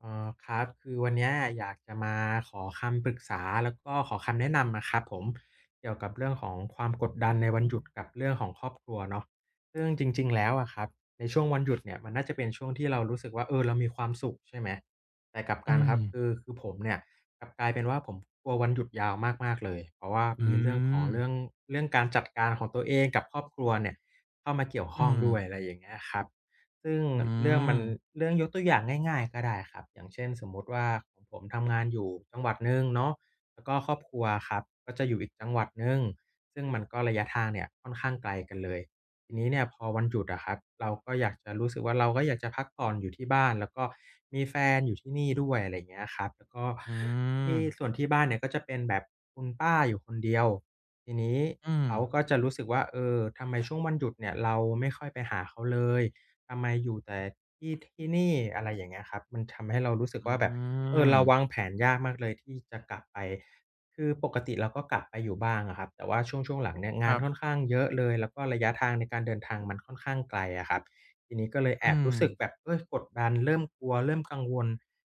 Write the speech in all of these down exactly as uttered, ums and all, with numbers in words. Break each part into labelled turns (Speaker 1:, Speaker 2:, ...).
Speaker 1: เอ่อครับคือวันเนี้ยอยากจะมาขอคำปรึกษาแล้วก็ขอคำแนะนำอะครับผมเกี่ยวกับเรื่องของความกดดันในวันหยุดกับเรื่องของครอบครัวเนาะซึ่งจริงๆแล้วอะครับในช่วงวันหยุดเนี่ยมันน่าจะเป็นช่วงที่เรารู้สึกว่าเออเรามีความสุขใช่ไหมแต่กลับกั
Speaker 2: อื
Speaker 1: นครั
Speaker 2: ม
Speaker 1: บคือคือผมเนี่ยกลับกลายเป็นว่าผมกลัววันหยุดยาวมากๆเลยเพราะว่า
Speaker 2: อื
Speaker 1: มีเรื่องของ
Speaker 2: ม
Speaker 1: เรื่องเรื่องการจัดการของตัวเองกับครอบครัวเนี่ยเข้ามาเกี่ยวข้
Speaker 2: อื
Speaker 1: อง
Speaker 2: ม
Speaker 1: ด้วยอะไรอย่างเงี้ยครับ ซึ่ง
Speaker 2: อื
Speaker 1: เรื่องมัน
Speaker 2: ม
Speaker 1: เรื่องยกตัวอย่างง่ายๆก็ได้ครับอย่างเช่นสมมุติว่าของผมทำงานอยู่จังหวัดหนึ่งเนาะแล้วก็ครอบครัวครับก็จะอยู่อีกจังหวัดหนึ่งซึ่งมันก็ระยะทางเนี่ยค่อนข้างไกลกันเลยทีนี้เนี่ยพอวันหยุดอะครับเราก็อยากจะรู้สึกว่าเราก็อยากจะพักผ่อนอยู่ที่บ้านแล้วก็มีแฟนอยู่ที่นี่ด้วยอะไรอย่างเงี้ยครับแล้วก็
Speaker 2: อืม
Speaker 1: ที่ส่วนที่บ้านเนี่ยก็จะเป็นแบบคุณป้าอยู่คนเดียวทีนี้
Speaker 2: อืม
Speaker 1: เขาก็จะรู้สึกว่าเออทำไมช่วงวันหยุดเนี่ยเราไม่ค่อยไปหาเขาเลย ทำไมอยู่แต่ที่ที่นี่อะไรอย่างเงี้ยครับมันทำให้เรารู้สึก
Speaker 2: อื
Speaker 1: ว่าแบบเออ
Speaker 2: ม
Speaker 1: เราวางแผนยากมากเลยที่จะกลับไปคือปกติเราก็กลับไปอยู่บ้างอะครับแต่ว่าช่วงช่วงหลังเนี่ย
Speaker 2: ค
Speaker 1: งาน
Speaker 2: รับ
Speaker 1: ค่อนข้างเยอะเลยแล้วก็ระยะทางในการเดินทางมันค่อนข้างไกลอะครับทีนี้ก็เลยแอ
Speaker 2: อื
Speaker 1: บ
Speaker 2: ม
Speaker 1: รู้สึกแบบเฮ้ยกดดันเริ่มกลัวเริ่มกังวล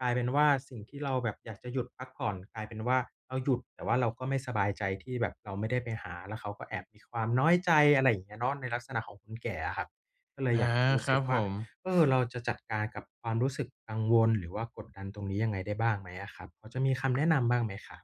Speaker 1: กลายเป็นว่าสิ่งที่เราแบบอยากจะหยุดพักผ่อนกลายเป็นว่าเราหยุดแต่ว่าเราก็ไม่สบายใจที่แบบเราไม่ได้ไปหาแล้วเขาก็แอบมีความน้อยใจอะไรอย่างเงี้ยเนาะในลักษณะของคนแก่อะครับ ก็เลยอยา
Speaker 2: อา
Speaker 1: กจะรู้
Speaker 2: ค
Speaker 1: สึ
Speaker 2: รั
Speaker 1: ก
Speaker 2: บผ
Speaker 1: ว่า
Speaker 2: ม
Speaker 1: เออเราจะจัดการกับความรู้สึกกังวลหรือว่ากดดันตรงนี้ยังไงได้บ้างไหมอะครับพอจะมีคำแนะนำบ้างไหมครับ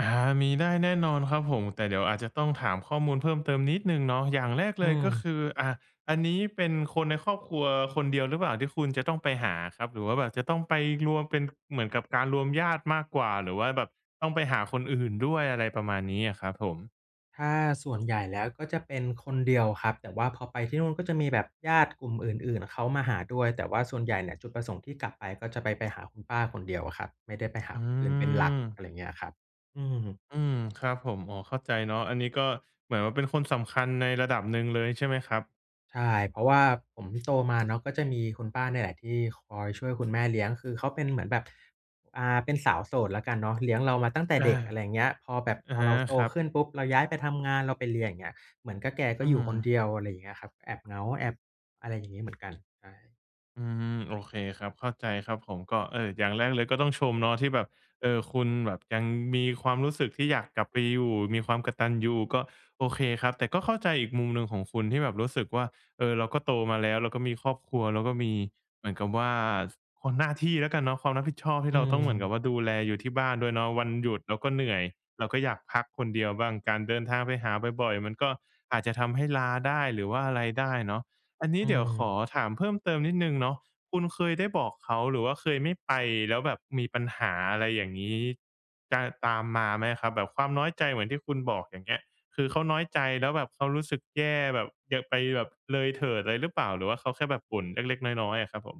Speaker 2: อามีได้แน่นอนครับผม แต่เดี๋ยวอาจจะต้องถามข้อมูลเพิ่มเติมนิดหนึ่งเนาะอย่างแรก
Speaker 1: อื
Speaker 2: เลย
Speaker 1: ม
Speaker 2: ก็คืออ่าอันนี้เป็นคนในครอบครัวคนเดียวหรือเปล่าที่คุณจะต้องไปหาครับ หรือว่าแบบจะต้องไปรวมเป็นเหมือนกับการรวมญาติมากกว่า หรือว่าแบบต้องไปหาคนอื่นด้วยอะไรประมาณนี้อะครับผม
Speaker 1: ถ้าส่วนใหญ่แล้วก็จะเป็นคนเดียวครับแต่ว่าพอไปที่นู่นก็จะมีแบบญาติกลุ่มอื่นๆเขามาหาด้วยแต่ว่าส่วนใหญ่เนี่ยจุดประสงค์ที่กลับไปก็จะไปไปหาคุณป้าคนเดียวอะครับไม่ได้ไปหา
Speaker 2: อื
Speaker 1: คนอื่นเป็นหลักอะไรอ
Speaker 2: ม
Speaker 1: ย่างเงี้ยครับอืม
Speaker 2: อืมครับผมอ๋อเข้าใจเนาะอันนี้ก็เหมือนว่าเป็นคนสำคัญในระดับหนึ่งเลยใช่ไหมครับ
Speaker 1: ใช่เพราะว่าผมโตมาเนาะก็จะมีคุณป้าเนี่ยแหละที่คอยช่วยคุณแม่เลี้ยงคือเขาเป็นเหมือนแบบอ่าเป็นสาวโสดแล้วกันเนาะเลี้ยงเรามาตั้งแต่
Speaker 2: อา
Speaker 1: เด็กอะไรอย่างเงี้ยพอแบบพ
Speaker 2: อะ
Speaker 1: อ
Speaker 2: ฮะ
Speaker 1: เราโต
Speaker 2: ครับ
Speaker 1: ขึ้นปุ๊บเราย้ายไปทำงานเราไปเรียนอย่างเงี้ยเหมือนก็แกก็
Speaker 2: อื
Speaker 1: อยู่คนเดี
Speaker 2: ม
Speaker 1: ยวอะไรอย่างเงี้ยครับแอบเหงาแอบอะไรอย่างงี้เหมือนกันใช่
Speaker 2: อืมโอเคครับเข้าใจครับผมก็เอออย่างแรกเลยก็ต้องชมเนาะที่แบบเออคุณแบบยังมีความรู้สึกที่อยากกลับไปอยู่มีความกตัญญูก็โอเคครับแต่ก็เข้าใจอีกมุมหนึ่งของคุณที่แบบรู้สึกว่าเออเราก็โตมาแล้วเราก็มีครอบครัวเราก็มีเหมือนกับว่าคหน้าที่แล้วกันเนาะความรับผิดชอบ
Speaker 1: อื
Speaker 2: ที่เราต้อง
Speaker 1: ม
Speaker 2: เหมือนกับว่าดูแลอยู่ที่บ้านด้วยเนาะวันหยุดเราก็เหนื่อยเราก็อยากพักคนเดียวบ้างการเดินทางไปหาบ่อยๆมันก็อาจจะทำให้ล้าได้หรือว่าอะไรได้เนาะ อันนี้
Speaker 1: อื
Speaker 2: เดี๋ยว
Speaker 1: ม
Speaker 2: ขอถามเพิ่มเติมนิดนึงเนาะคุณเคยได้บอกเขาหรือว่าเคยไม่ไปแล้วแบบมีปัญหาอะไรอย่างนี้จะตามมาไหมครับแบบความน้อยใจเหมือนที่คุณบอกอย่างเงี้ยคือเขาน้อยใจแล้วแบบเขารู้สึกแย่แบบอยากไปแบบเลยเถิดอะไรหรือเปล่าหรือว่าเขาแค่แบบบ่นเล็กๆน้อยๆอะครับผม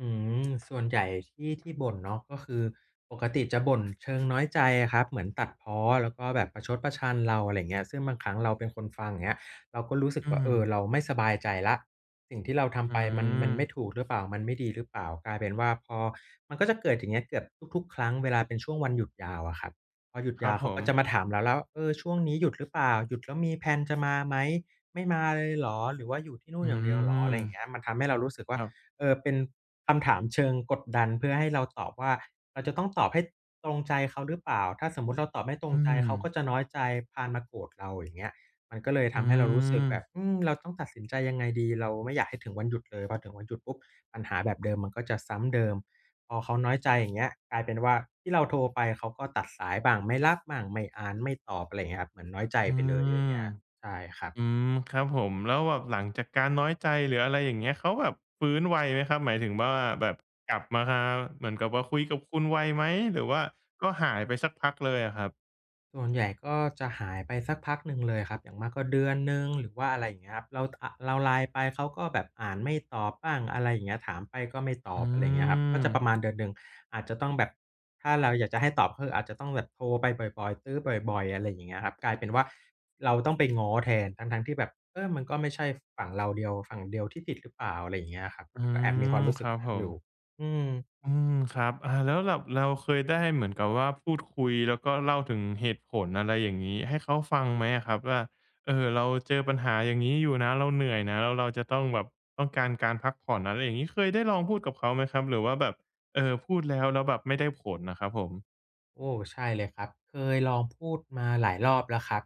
Speaker 1: อืมส่วนใหญ่ที่ที่บ่นเนาะก็คือปกติจะบ่นเชิงน้อยใจอะครับเหมือนตัดพ้อแล้วก็แบบประชดประชันเราอะไรอย่างเงี้ยซึ่งบางครั้งเราเป็นคนฟังอย่างเงี้ยเราก็รู้สึก
Speaker 2: อื
Speaker 1: ว่า
Speaker 2: ม
Speaker 1: เออเราไม่สบายใจแล้วสิ่งที่เราทำไป
Speaker 2: อื
Speaker 1: มันมัน
Speaker 2: ม
Speaker 1: ไม่ถูกหรือเปล่ามันไม่ดีหรือเปล่ากลายเป็นว่าพอมันก็จะเกิดอย่างเงี้ยเกือบทุกๆครั้งเวลาเป็นช่วงวันหยุดยาวอะครับพอหยุด
Speaker 2: ครั
Speaker 1: ยา
Speaker 2: บ
Speaker 1: ว
Speaker 2: ผ
Speaker 1: เขาก็
Speaker 2: ม
Speaker 1: จะมาถามเราแล้วเออช่วงนี้หยุดหรือเปล่าหยุดแล้วมีแพลนจะมาไหมไม่มาเลยเหรอหรือว่าอยู่ที่นู่น
Speaker 2: อื
Speaker 1: อย่างเดียวเหรออะ
Speaker 2: ม
Speaker 1: ไรอย่างเงี้ยมันทำให้เรารู้สึก
Speaker 2: ค
Speaker 1: ว่า
Speaker 2: รับ
Speaker 1: เออเป็นคำถามเชิงกดดันเพื่อให้เราตอบว่าเราจะต้องตอบให้ตรงใจเขาหรือเปล่าถ้าสมมุติเราตอบไม่ตรง
Speaker 2: อื
Speaker 1: ใจ
Speaker 2: ม
Speaker 1: เขาก็จะน้อยใจพาลมาโกรธเราอย่างเงี้ยมันก็เลย
Speaker 2: อื
Speaker 1: ทำให้เรารู้สึก
Speaker 2: ม
Speaker 1: แบบอืมเราต้องตัดสินใจยังไงดีเราไม่อยากให้ถึงวันหยุดเลยพอถึงวันหยุดปุ๊บปัญหาแบบเดิมมันก็จะซ้ำเดิมพอเขาน้อยใจอย่างเงี้ยกลายเป็นว่าที่เราโทรไปเขาก็ตัดสายบ้างไม่รับบ้างไม่อ่านไม่ตอบอะไรอย่างเงี้ยครับเหมือนน้อยใจ
Speaker 2: อื
Speaker 1: ไปเลยอย่าง
Speaker 2: ม
Speaker 1: เงี้ยใช่ครับ
Speaker 2: อืมครับผมแล้วแบบหลังจากการน้อยใจหรืออะไรอย่างเงี้ยเขาแบบฟื้นไวไหมครับหมายถึงว่าแบบกลับมาเหมือนกับว่าคุยกับคุณไวไหมหรือว่าก็หายไปสักพักเลยอะครับ
Speaker 1: ส่วนใหญ่ก็จะหายไปสักพักหนึ่งเลยครับอย่างมากก็เดือนหนึ่งหรือว่าอะไรอย่างเงี้ยครับเราอะเรา ไลน์ ไปเขาก็แบบอ่านไม่ตอบบ้างอะไรอย่างเงี้ยถามไปก็ไม่ต
Speaker 2: อื
Speaker 1: อบอะไรอย่างเงี้ยครับก็
Speaker 2: ม
Speaker 1: จะประมาณเดือนหนึ่งอาจจะต้องแบบถ้าเราอยากจะให้ตอบก็คืออาจจะต้องแบบโทรไปบ่อยๆตื้อบ่อยๆอะไรอย่างเงี้ยครับกลายเป็นว่าเราต้องไปง้อแทนทั้งๆที่แบบเออมันก็ไม่ใช่ฝั่งเราเดียวฝั่งเดียวที่ผิดหรือเปล่าอะไรอย่างเงี้ยครับ
Speaker 2: อื
Speaker 1: มันก็แอบมีควา
Speaker 2: ม
Speaker 1: มรู้
Speaker 2: ค
Speaker 1: สึก
Speaker 2: รับ
Speaker 1: นั้
Speaker 2: ผ
Speaker 1: นอ
Speaker 2: ม
Speaker 1: ยู่อืม
Speaker 2: อืมครับอาแล้วแบบเราเคยได้เหมือนกับว่าพูดคุยแล้วก็เล่าถึงเหตุผลอะไรอย่างงี้ให้เขาฟังไหมอะครับว่าเอ่อเราเจอปัญหาอย่างงี้อยู่นะเราเหนื่อยนะแล้วเราจะต้องแบบต้องการการพักผ่อนอะไรอย่างงี้เคยได้ลองพูดกับเขาไหมครับหรือว่าแบบเอ่อพูดแล้วแล้วแบบไม่ได้ผลน่ะครับผม
Speaker 1: โอ้ใช่เลยครับเคยลองพูดมาหลายรอบแล้วครับ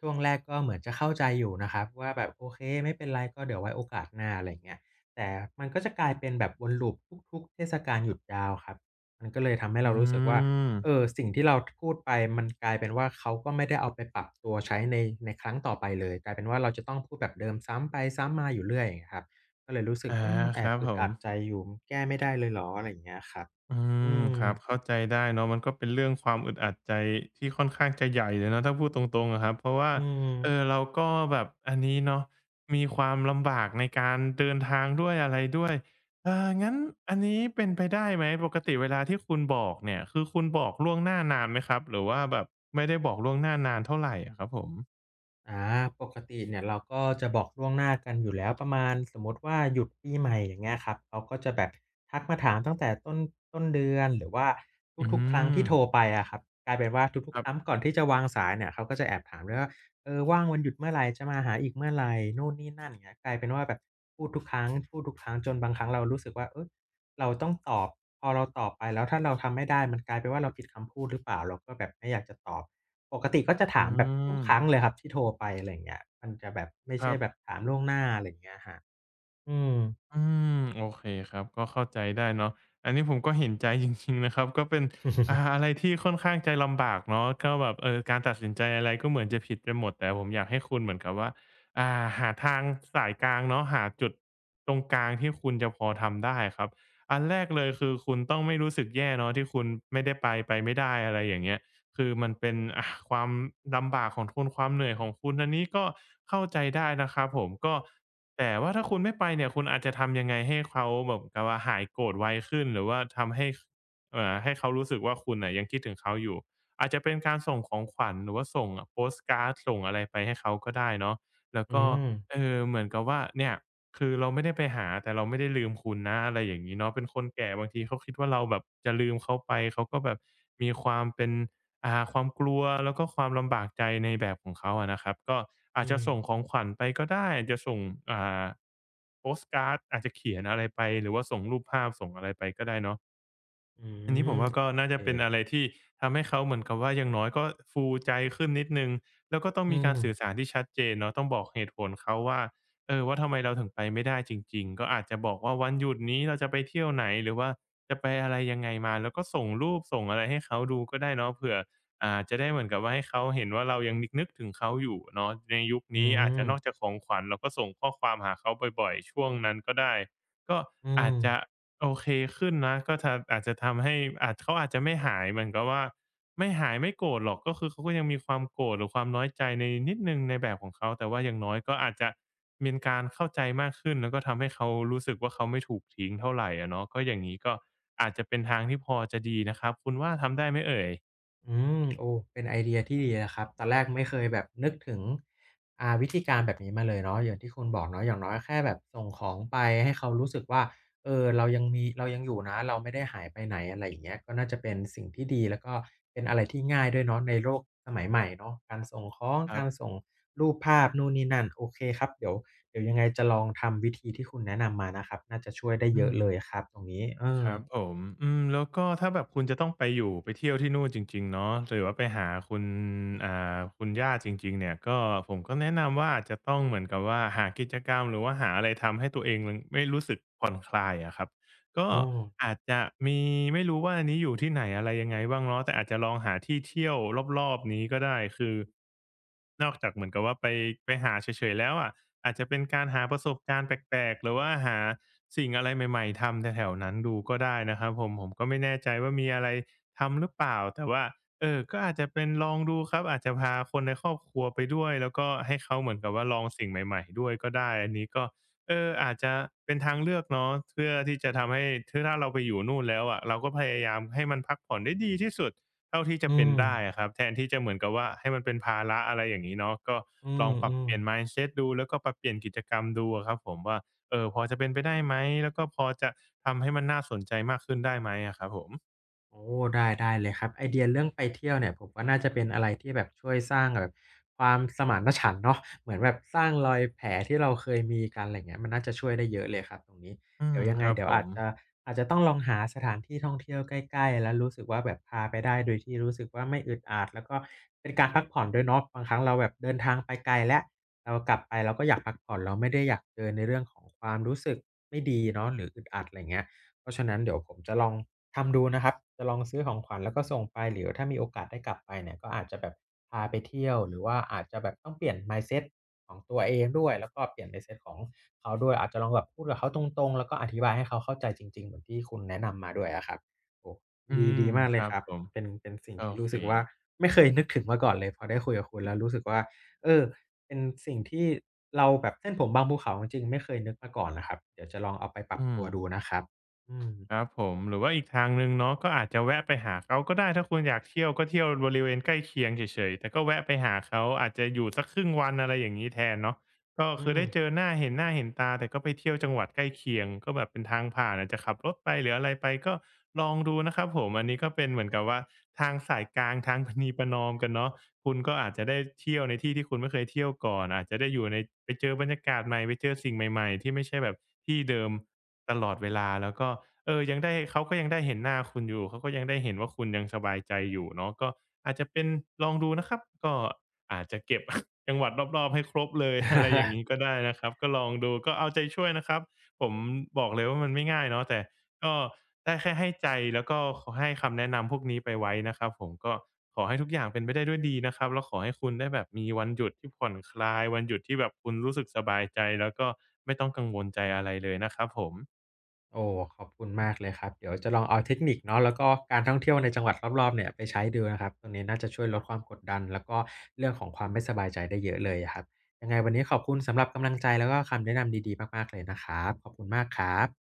Speaker 1: ช่วงแรกก็เหมือนจะเข้าใจอยู่นะครับว่าแบบโอเคไม่เป็นไรก็เดี๋ยวไว้โอกาสหน้าอะไรอย่างเงี้ยแต่มันก็จะกลายเป็นแบบวนลูปทุกๆเทศกาลหยุดยาวครับมันก็เลยทำให้
Speaker 2: อื
Speaker 1: เรารู้สึกว่า
Speaker 2: ม
Speaker 1: เออสิ่งที่เราพูดไปมันกลายเป็นว่าเขาก็ไม่ได้เอาไปปรับตัวใช้ในในครั้งต่อไปเลยกลายเป็นว่าเราจะต้องพูดแบบเดิมซ้ำไปซ้ำมาอยู่เรื่อยอย่างเงี้ยครับก็เลยรู้สึก
Speaker 2: อา
Speaker 1: อืมแอ
Speaker 2: ค
Speaker 1: บ
Speaker 2: รับ
Speaker 1: อึ
Speaker 2: ผ
Speaker 1: ดอั
Speaker 2: ม
Speaker 1: ดใจอยู่แก้ไม่ได้เลยเหรออะไรอย่างเงี้ยครับ
Speaker 2: อื
Speaker 1: อื
Speaker 2: ม
Speaker 1: ม
Speaker 2: ครับเข้าใจได้เนาะมันก็เป็นเรื่องความอึดอัดใจที่ค่อนข้างจะใหญ่เลยเนาะถ้าพูดตรงๆอะครับเพราะว่า
Speaker 1: อืม
Speaker 2: เอ่อเราก็แบบอันนี้เนาะมีความลำบากในการเดินทางด้วยอะไรด้วยเอ่องั้นอันนี้เป็นไปได้ไหมปกติเวลาที่คุณบอกเนี่ยคือคุณบอกล่วงหน้านานไหมครับหรือว่าแบบไม่ได้บอกล่วงหน้านานเท่าไรอะครับผม
Speaker 1: อาปกติเนี่ยเราก็จะบอกล่วงหน้ากันอยู่แล้วประมาณสมมติว่าหยุดปีใหม่อย่างเงี้ยครับเขาก็จะแบบทักมาถามตั้งแต่ต้นต้นเดือนหรือว่า
Speaker 2: อื
Speaker 1: ทุกๆครั้งที่
Speaker 2: ม
Speaker 1: โทรไปอะครับกลายเป็นว่าทุ
Speaker 2: ค
Speaker 1: กๆ
Speaker 2: รั
Speaker 1: ครั้ง
Speaker 2: บ
Speaker 1: ก่อนที่จะวางสายเนี่ยเขาก็จะแอบถามด้วยว่าเออว่างวันหยุดเมื่อไรจะมาหาอีกเมื่อไรนู่นนี่นั่นอย่างเงี้ยกลายเป็นว่าแบบพูดทุกครั้งพูดทุกครั้งจนบางครั้งเรารู้สึกว่าเฮ้ยเราต้องตอบพอเราตอบไปแล้วถ้าเราทำไม่ได้มันกลายเป็นว่าเราผิดคำพูดหรือเปล่าเราก็แบบไม่อยากจะตอบ ปกติก็จะ
Speaker 2: อื
Speaker 1: ถามแบบทุก
Speaker 2: ม
Speaker 1: ครั้งเลยครับที่โทรไปอะไรอย่างเงี้ยมันจะแบบไม่
Speaker 2: ค
Speaker 1: ใช่
Speaker 2: รั
Speaker 1: แบบ
Speaker 2: บ
Speaker 1: ถามล่วงหน้าอะไรอย่างเงี้ยครับอืม
Speaker 2: อืมโอเคครับก็เข้าใจได้เนาะอันนี้ผมก็เห็นใจ จริงๆนะครับก็เป็นอ่าอะไรที่ค่อนข้างใจลำบากเนาะก็แบบเออการตัดสินใจอะไรก็เหมือนจะผิดไปหมดแต่ผมอยากให้คุณเหมือนกับว่าอ่าหาทางสายกลางเนาะหาจุดตรงกลางที่คุณจะพอทำได้ครับอันแรกเลยคือคุณต้องไม่รู้สึกแย่เนาะที่คุณไม่ได้ไปไปไม่ได้อะไรอย่างเงี้ยคือมันเป็นอ่าความลำบากของคุณความเหนื่อยของคุณอันนี้ก็เข้าใจได้นะครับผมก็ แต่ว่าถ้าคุณไม่ไปเนี่ยคุณอาจจะทำยังไงให้เขาแบบกับว่าหายโกรธไวขึ้นหรือว่าทำให้เอ่อให้เขารู้สึกว่าคุณน่ะยังคิดถึงเขาอยู่อาจจะเป็นการส่งของขวัญหรือว่าส่งโปสต์การ์ดส่งอะไรไปให้เขาก็ได้เนาะแล้ว
Speaker 1: อื
Speaker 2: ก็
Speaker 1: ม
Speaker 2: เออเหมือนกับว่าเนี่ย คือเราไม่ได้ไปหาแต่เราไม่ได้ลืมคุณนะอะไรอย่างงี้เนาะเป็นคนแก่บางทีเขาคิดว่าเราแบบจะลืมเขาไปเขาก็แบบมีความเป็นอ่าความกลัวแล้วก็ความลำบากใจในแบบของเขาอะนะครับก็อา
Speaker 1: อื
Speaker 2: จจะ
Speaker 1: ม
Speaker 2: ส่งของขวัญไปก็ได้อาจจะส่งอ่าโปสต์การ์ดอาจจะเขียนอะไรไปหรือว่าส่งรูปภาพส่งอะไรไปก็ได้เนาะ
Speaker 1: อื
Speaker 2: อันนี้
Speaker 1: ม
Speaker 2: ผมว่า
Speaker 1: โอ
Speaker 2: ก็น่า
Speaker 1: เค
Speaker 2: จะเป็นอะไรที่ทำให้เขาเหมือนกับว่าอย่างน้อยก็ฟูใจขึ้นนิดหนึ่งแล้วก็ต้อง
Speaker 1: อื
Speaker 2: มีการสื่อสา
Speaker 1: ม
Speaker 2: รที่ชัดเจนเนาะต้องบอกเหตุผลเขาว่าเออว่าทำไมเราถึงไปไม่ได้จริงๆก็อาจจะบอกว่าวันหยุดนี้เราจะไปเที่ยวไหนหรือว่าจะไปอะไรยังไงมาแล้วก็ส่งรูปส่งอะไรให้เขาดูก็ได้เนาะเผื่ออ่าจะได้เหมือนกับว่าให้เขาเห็นว่าเรายังนึกนึกถึงเขาอยู่เนาะในยุค
Speaker 1: อื
Speaker 2: นี้อาจจะนอกจา
Speaker 1: ม
Speaker 2: กของขวัญเราก็ส่งข้อความหาเขาบ่อยๆช่วงนั้นก็ได้ก็
Speaker 1: อื
Speaker 2: อาจจะ
Speaker 1: ม
Speaker 2: โอเคขึ้นนะก็ทะอาจจะทำให้อาจเขาอาจจะไม่หายเหมือนกับว่าไม่หายไม่โกรธหรอกก็คือเขาก็ยังมีความโกรธหรือความน้อยใจในนิดหนึ่งในแบบของเขาแต่ว่าอย่างน้อยก็อาจจะเป็นการเข้าใจมากขึ้นแล้วก็ทำให้เขารู้สึกว่าเขาไม่ถูกทิ้งเท่าไรอะเนาะก็อย่างงี้ก็อาจจะเป็นทางที่พอจะดีนะครับคุณว่าทำได้ไหมเอ่ย
Speaker 1: อืมโอ้เป็นไอเดียที่ดีนะครับตอนแรกไม่เคยแบบนึกถึงอ่าวิธีการแบบนี้มาเลยเนาะอย่างที่คุณบอกเนาะอย่างน้อยแค่แบบส่งของไปให้เขารู้สึกว่าเออเรายังมีเรายังอยู่นะเราไม่ได้หายไปไหนอะไรอย่างเงี้ยก็น่าจะเป็นสิ่งที่ดีแล้วก็เป็นอะไรที่ง่ายด้วยเนาะในโลกสมัยใหม่เนาะการส่งของ
Speaker 2: ครั
Speaker 1: การ
Speaker 2: บ
Speaker 1: ส่งรูปภาพนู่นนี่นั่นโอเคครับเดี๋ยวเดี๋ยวยังไงจะลองทำวิธีที่คุณแนะนำมานะครับน่าจะช่วยได้เย
Speaker 2: อื
Speaker 1: อะ
Speaker 2: ม
Speaker 1: เลยครับตรงนี้เอ
Speaker 2: ค
Speaker 1: อ
Speaker 2: รับผมอืมแล้วก็ถ้าแบบคุณจะต้องไปอยู่ไปเที่ยวที่นู่นจริงๆเนาะหรือว่าไปหาคุณอ่าคุณย่าจริงๆเนี่ยก็ผมก็แนะนำว่าอาจจะต้องเหมือนกับว่าหากิจกรรมหรือว่าหาอะไรทำให้ตัวเองมันไม่รู้สึกผ่อนคลายอะครับก็
Speaker 1: โอ้
Speaker 2: อาจจะมีไม่รู้ว่าอันนี้อยู่ที่ไหนอะไรยังไงบ้างเนาะแต่อาจจะลองหาที่เที่ยวรอบๆนี้ก็ได้คือนอกจากเหมือนกับว่าไปไปหาเฉยๆแล้วอะอาจจะเป็นการหาประสบการณ์แปลกๆหรือว่าหา สิ่งอะไรใหม่ๆทำแถวๆนั้นดูก็ได้นะครับผมผมก็ไม่แน่ใจว่ามีอะไรทำหรือเปล่าแต่ว่าเออก็อาจจะเป็นลองดูครับอาจจะพาคนในครอบครัวไปด้วยแล้วก็ให้เขาเหมือนกับว่าลองสิ่งใหม่ๆด้วยก็ได้อันนี้ก็เอออาจจะเป็นทางเลือกเนาะเพื่อที่จะทำให้ือถ้าเราไปอยู่นู่นแล้วอะเราก็พยายามให้มันพักผ่อนได้ดีที่สุดเท่าที่จะ
Speaker 1: อื
Speaker 2: เป็น
Speaker 1: ม
Speaker 2: ได้อะครับแทนที่จะเหมือนกับว่าให้มันเป็นภาระอะไรอย่างงี้เนาะก็
Speaker 1: อื
Speaker 2: ลองปรับ
Speaker 1: ม
Speaker 2: เปลี่ยน
Speaker 1: ๆ
Speaker 2: mindset ดูแล้วก็ปรับเปลี่ยนกิจกรรมดูอะครับผมว่า เอ่อพอจะเป็นไปได้ไหมแล้วก็พอจะทำให้มันน่าสนใจมากขึ้นได้ไหมอะครับผม
Speaker 1: โอ้ได้ได้เลยครับไอเดียเรื่องไปเที่ยวเนี่ยผมว่าน่าจะเป็นอะไรที่แบบช่วยสร้างแบบความสมานฉันท์เนาะเหมือนแบบสร้างรอยแผลที่เราเคยมีกันอะไรเงี้ยมันน่าจะช่วยได้เยอะเลยครับตรงนี้
Speaker 2: อื
Speaker 1: เดี๋ย
Speaker 2: ม
Speaker 1: วยัง
Speaker 2: ค
Speaker 1: ไง
Speaker 2: รับ
Speaker 1: เดี๋ยว
Speaker 2: ผ
Speaker 1: อา
Speaker 2: ม
Speaker 1: จจะอาจจะต้องลองหาสถานที่ท่องเที่ยวใกล้ๆแล้วรู้สึกว่าแบบพาไปได้โดยที่รู้สึกว่าไม่อึดอัดแล้วก็เป็นการพักผ่อนด้วยเนาะบางครั้งเราแบบเดินทางไปไกลแล้วเรากลับไปเราก็อยากพักผ่อนเราไม่ได้อยากเจอในเรื่องของความรู้สึกไม่ดีเนาะหรืออึดอัดอะไร่าเงี้ยเพราะฉะนั้นเดี๋ยวผมจะลอง ทำดูนะครับจะลองซื้อของขวัญแล้วก็ส่งไปหรือถ้ามีโอกาสได้กลับไปเนี่ยก็อาจจะแบบพาไปเที่ยวหรือว่าอาจจะแบบต้องเปลี่ยน mindset ของตัวเองด้วยแล้วก็เปลี่ยน mindset ของเขาด้วยอาจจะลองแบบพูดกับเขาตรงๆแล้วก็อธิบายให้เขาเข้าใจจริงๆเหมือนที่คุณแนะนำมาด้วยอะครับโอ้
Speaker 2: อื
Speaker 1: ดี
Speaker 2: ม
Speaker 1: ดีมาก
Speaker 2: ค
Speaker 1: เลย
Speaker 2: รั
Speaker 1: ค
Speaker 2: บ
Speaker 1: รับ
Speaker 2: ผม
Speaker 1: เป็นเป็นสิ่ง
Speaker 2: โอ
Speaker 1: ที่รู้
Speaker 2: เค
Speaker 1: สึกว่าไม่เคยนึกถึงมาก่อนเลยพอได้คุยกับคุณแล้วรู้สึกว่าเออเป็นสิ่งที่เราแบบเส้นผมบางภูเขาจริงๆไม่เคยนึกมาก่อนนะครับเดี๋ยวจะลองเอาไปปรับ
Speaker 2: อื
Speaker 1: ตั
Speaker 2: ม
Speaker 1: วดูนะครับอืม
Speaker 2: ครับผมหรือว่าอีกทางหนึ่งเนาะก็อาจจะแวะไปหาเขาก็ได้ถ้าคุณอยากเที่ยวก็เที่ยวบริเวณใกล้เคียงเฉยๆแต่ก็แวะไปหาเขาอาจจะอยู่สักครึ่งวันอะไรอย่างนี้แทนเนาะก็
Speaker 1: อื
Speaker 2: คือ
Speaker 1: ม
Speaker 2: ได้เจอหน้าเห็นหน้าเห็นตาแต่ก็ไปเที่ยวจังหวัดใกล้เคียงก็แบบเป็นทางผ่านอาจจะขับรถไปหรืออะไรไปก็ลองดูนะครับผมอันนี้ก็เป็นเหมือนกับว่าทางสายกลาง ทางปนีประนอมกันเนาะคุณก็อาจจะได้เที่ยวในที่ที่คุณไม่เคยเที่ยวก่อนอาจจะได้อยู่ในไปเจอบรรยากาศใหม่ไปเจอสิ่งใหม่ๆที่ไม่ใช่แบบที่เดิมตลอดเวลาแล้วก็ เออยังได้เขาก็ยังได้เห็นหน้าคุณอยู่เขาก็ยังได้เห็นว่าคุณยังสบายใจอยู่เนาะก็อาจจะเป็นลองดูนะครับ ก็อาจจะเก็บ จังหวัดรอบๆให้ครบเลย อะไรอย่าง นี้ก็ได้นะครับ ก็ลองดู ก็เอาใจช่วยนะครับ ผมบอกเลยว่ามันไม่ง่ายเนาะแต่ก็ได้แค่ให้ใจแล้วก็ขอให้คำแนะนำพวกนี้ไปไว้นะครับผมก็ขอให้ทุกอย่างเป็นไปได้ด้วยดีนะครับแล้วขอให้คุณได้แบบมีวันหยุดที่ผ่อนคลายวันหยุดที่แบบคุณรู้สึกสบายใจแล้วก็ไม่ต้องกังวลใจอะไรเลยนะครับผม
Speaker 1: โอ้ขอบคุณมากเลยครับเดี๋ยวจะลองเอาเทคนิคเนาะแล้วก็การท่องเที่ยวในจังหวัดรอบๆเนี่ยไปใช้ดูนะครับตรงนี้น่าจะช่วยลดความกดดันแล้วก็เรื่องของความไม่สบายใจได้เยอะเลยอครับยังไงวันนี้ขอบคุณสำหรับกำลังใจแล้วก็คำแนะนำดีๆมากๆเลยนะครับขอบคุณมากครับ